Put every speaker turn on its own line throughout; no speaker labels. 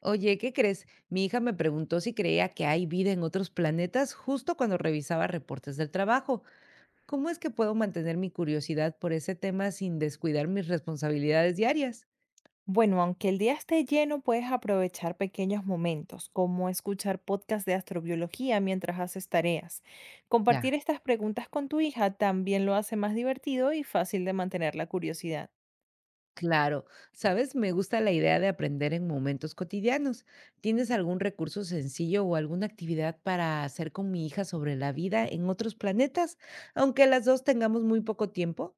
Oye, ¿qué crees? Mi hija me preguntó si creía que hay vida en otros planetas justo cuando revisaba reportes del trabajo. ¿Cómo es que puedo mantener mi curiosidad por ese tema sin descuidar mis responsabilidades diarias?
Bueno, aunque el día esté lleno, puedes aprovechar pequeños momentos, como escuchar podcasts de astrobiología mientras haces tareas. Compartir
Ya.
estas preguntas con tu hija también lo hace más divertido y fácil de mantener la curiosidad.
Claro, sabes, me gusta la idea de aprender en momentos cotidianos. ¿Tienes algún recurso sencillo o alguna actividad para hacer con mi hija sobre la vida en otros planetas, aunque las dos tengamos muy poco tiempo?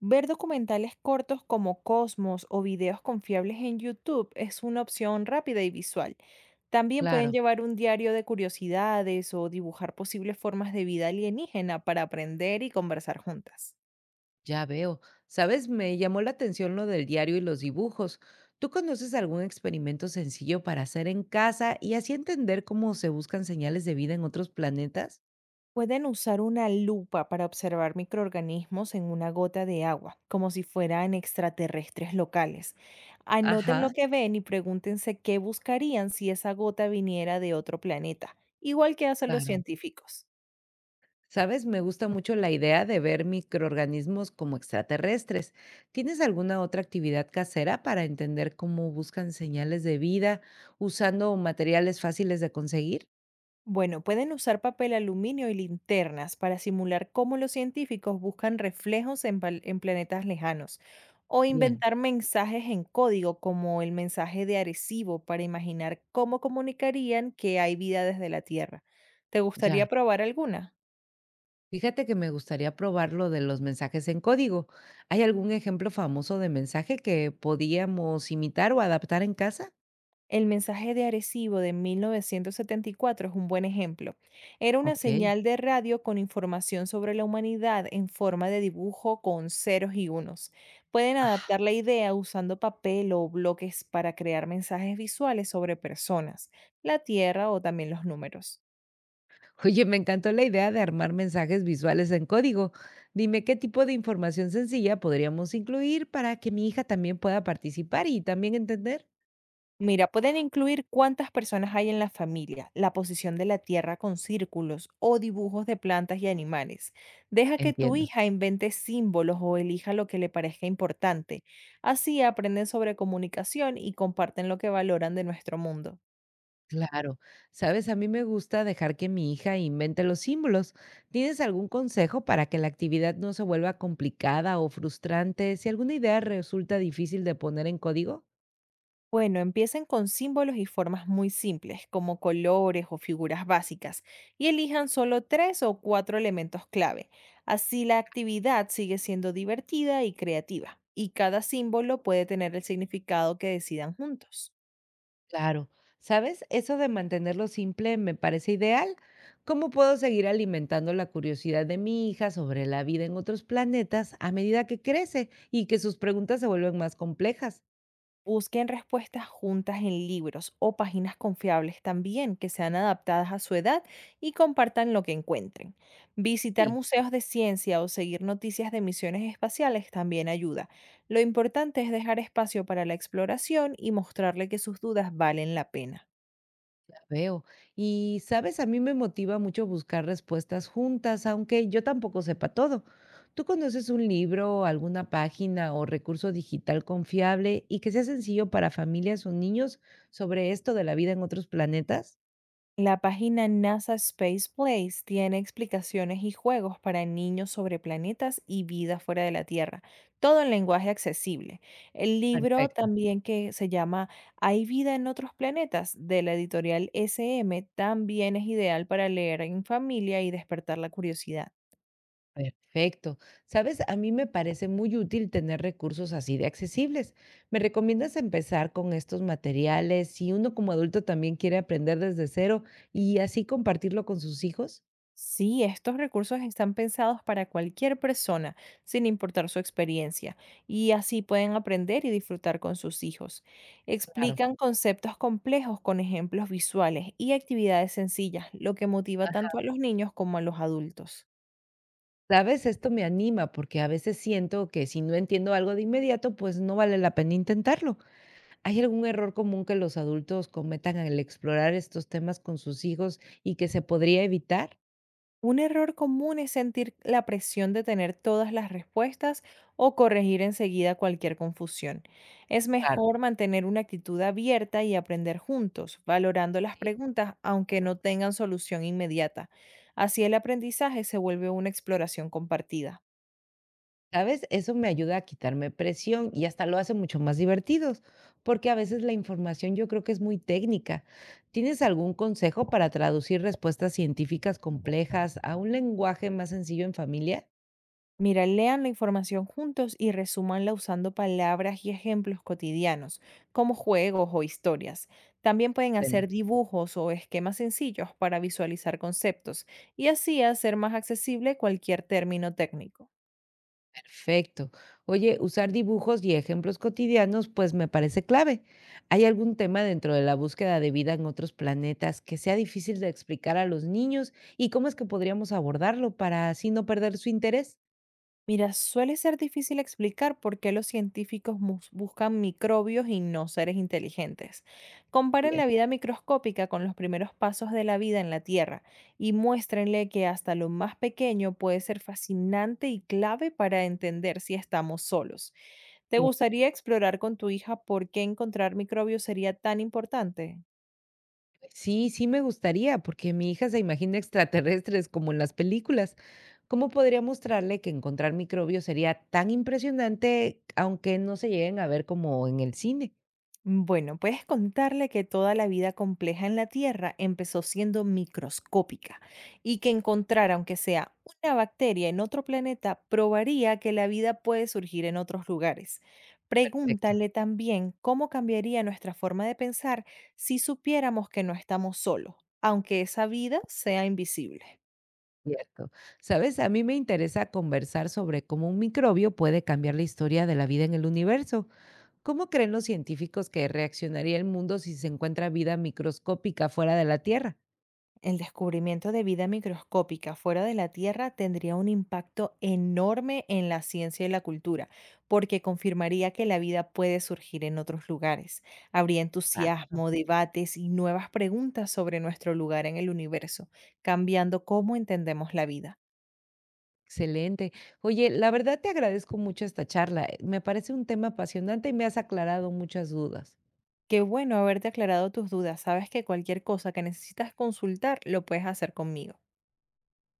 Ver documentales cortos como Cosmos o videos confiables en YouTube es una opción rápida y visual. También pueden
Claro.
llevar un diario de curiosidades o dibujar posibles formas de vida alienígena para aprender y conversar juntas.
Ya veo. Sabes, me llamó la atención lo del diario y los dibujos. ¿Tú conoces algún experimento sencillo para hacer en casa y así entender cómo se buscan señales de vida en otros planetas?
Pueden usar una lupa para observar microorganismos en una gota de agua, como si fueran extraterrestres locales. Anoten
Ajá,
lo que ven y pregúntense qué buscarían si esa gota viniera de otro planeta, igual que hacen los
claro.
científicos.
Sabes, me gusta mucho la idea de ver microorganismos como extraterrestres. ¿Tienes alguna otra actividad casera para entender cómo buscan señales de vida usando materiales fáciles de conseguir?
Bueno, pueden usar papel aluminio y linternas para simular cómo los científicos buscan reflejos en, en planetas lejanos o
Bien.
inventar mensajes en código como el mensaje de Arecibo para imaginar cómo comunicarían que hay vida desde la Tierra. ¿Te
Ya.
gustaría probar alguna?
Fíjate que me gustaría probar lo de los mensajes en código. ¿Hay algún ejemplo famoso de mensaje que podíamos imitar o adaptar en casa?
El mensaje de Arecibo de 1974 es un buen ejemplo. Era una
Ok.
señal de radio con información sobre la humanidad en forma de dibujo con ceros y unos. Pueden
Ah,
adaptar la idea usando papel o bloques para crear mensajes visuales sobre personas, la Tierra o también los números.
oye, me encantó la idea de armar mensajes visuales en código. Dime qué tipo de información sencilla podríamos incluir para que mi hija también pueda participar y también entender.
Mira, pueden incluir cuántas personas hay en la familia, la posición de la tierra con círculos o dibujos de plantas y animales. Deja que tu
Entiendo.
hija invente símbolos o elija lo que le parezca importante. Así aprenden sobre comunicación y comparten lo que valoran de nuestro mundo.
Claro, sabes, a mí me gusta dejar que mi hija invente los símbolos. ¿Tienes algún consejo para que la actividad no se vuelva complicada o frustrante si alguna idea resulta difícil de poner en código?
Bueno, empiecen con símbolos y formas muy simples, como colores o figuras básicas, y elijan solo tres o cuatro elementos clave. Así la actividad sigue siendo divertida y creativa, y cada símbolo puede tener el significado que decidan juntos.
Claro, sabes, eso de mantenerlo simple me parece ideal. ¿Cómo puedo seguir alimentando la curiosidad de mi hija sobre la vida en otros planetas a medida que crece y que sus preguntas se vuelven más complejas?
Busquen respuestas juntas en libros o páginas confiables también que sean adaptadas a su edad y compartan lo que encuentren. Visitar
Sí.
museos de ciencia o seguir noticias de misiones espaciales también ayuda. Lo importante es dejar espacio para la exploración y mostrarle que sus dudas valen la pena.
Veo. Y, ¿sabes? A mí me motiva mucho buscar respuestas juntas, aunque yo tampoco sepa todo. ¿Tú conoces un libro, alguna página o recurso digital confiable y que sea sencillo para familias o niños sobre esto de la vida en otros planetas?
La página NASA Space Place tiene explicaciones y juegos para niños sobre planetas y vida fuera de la Tierra, todo en lenguaje accesible. El libro
Perfecto,
también que se llama ¿Hay vida en otros planetas? De la editorial SM también es ideal para leer en familia y despertar la curiosidad.
perfecto. ¿Sabes? A mí me parece muy útil tener recursos así de accesibles. ¿Me recomiendas empezar con estos materiales si uno como adulto también quiere aprender desde cero y así compartirlo con sus hijos?
Sí, estos recursos están pensados para cualquier persona, sin importar su experiencia, y así pueden aprender y disfrutar con sus hijos.
Claro.
Explican conceptos complejos con ejemplos visuales y actividades sencillas, lo que motiva tanto a los niños como a los adultos.
¿Sabes? Esto me anima porque a veces siento que si no entiendo algo de inmediato, pues no vale la pena intentarlo. ¿Hay algún error común que los adultos cometan al explorar estos temas con sus hijos y que se podría evitar?
Un error común es sentir la presión de tener todas las respuestas o corregir enseguida cualquier confusión. Es
Claro,
mejor mantener una actitud abierta y aprender juntos, valorando las
sí.
preguntas aunque no tengan solución inmediata. Así el aprendizaje se vuelve una exploración compartida.
¿Sabes? Eso me ayuda a quitarme presión y hasta lo hace mucho más divertidos, porque a veces la información yo creo que es muy técnica. ¿Tienes algún consejo para traducir respuestas científicas complejas a un lenguaje más sencillo en familia?
Mira, lean la información juntos y resúmanla usando palabras y ejemplos cotidianos, como juegos o historias. También pueden hacer dibujos o esquemas sencillos para visualizar conceptos y así hacer más accesible cualquier término técnico.
Perfecto. Oye, usar dibujos y ejemplos cotidianos, pues me parece clave. ¿Hay algún tema dentro de la búsqueda de vida en otros planetas que sea difícil de explicar a los niños? ¿Y cómo es que podríamos abordarlo para así no perder su interés?
Mira, suele ser difícil explicar por qué los científicos buscan microbios y no seres inteligentes. Comparen
Bien,
la vida microscópica con los primeros pasos de la vida en la Tierra y muéstrenle que hasta lo más pequeño puede ser fascinante y clave para entender si estamos solos. ¿Te
bien.
gustaría explorar con tu hija por qué encontrar microbios sería tan importante?
Sí, sí me gustaría, porque mi hija se imagina extraterrestres como en las películas. ¿Cómo podría mostrarle que encontrar microbios sería tan impresionante, aunque no se lleguen a ver como en el cine?
Bueno, puedes contarle que toda la vida compleja en la Tierra empezó siendo microscópica y que encontrar, aunque sea una bacteria en otro planeta, probaría que la vida puede surgir en otros lugares.
Perfecto.
Pregúntale también cómo cambiaría nuestra forma de pensar si supiéramos que no estamos solos, aunque esa vida sea invisible.
Cierto. Sabes, a mí me interesa conversar sobre cómo un microbio puede cambiar la historia de la vida en el universo. ¿Cómo creen los científicos que reaccionaría el mundo si se encuentra vida microscópica fuera de la Tierra?
El descubrimiento de vida microscópica fuera de la Tierra tendría un impacto enorme en la ciencia y la cultura, porque confirmaría que la vida puede surgir en otros lugares. Habría
Ah,
entusiasmo, debates y nuevas preguntas sobre nuestro lugar en el universo, cambiando cómo entendemos la vida.
excelente. Oye, la verdad te agradezco mucho esta charla. Me parece un tema apasionante y me has aclarado muchas dudas.
Qué bueno haberte aclarado tus dudas. Sabes que cualquier cosa que necesitas consultar lo puedes hacer conmigo.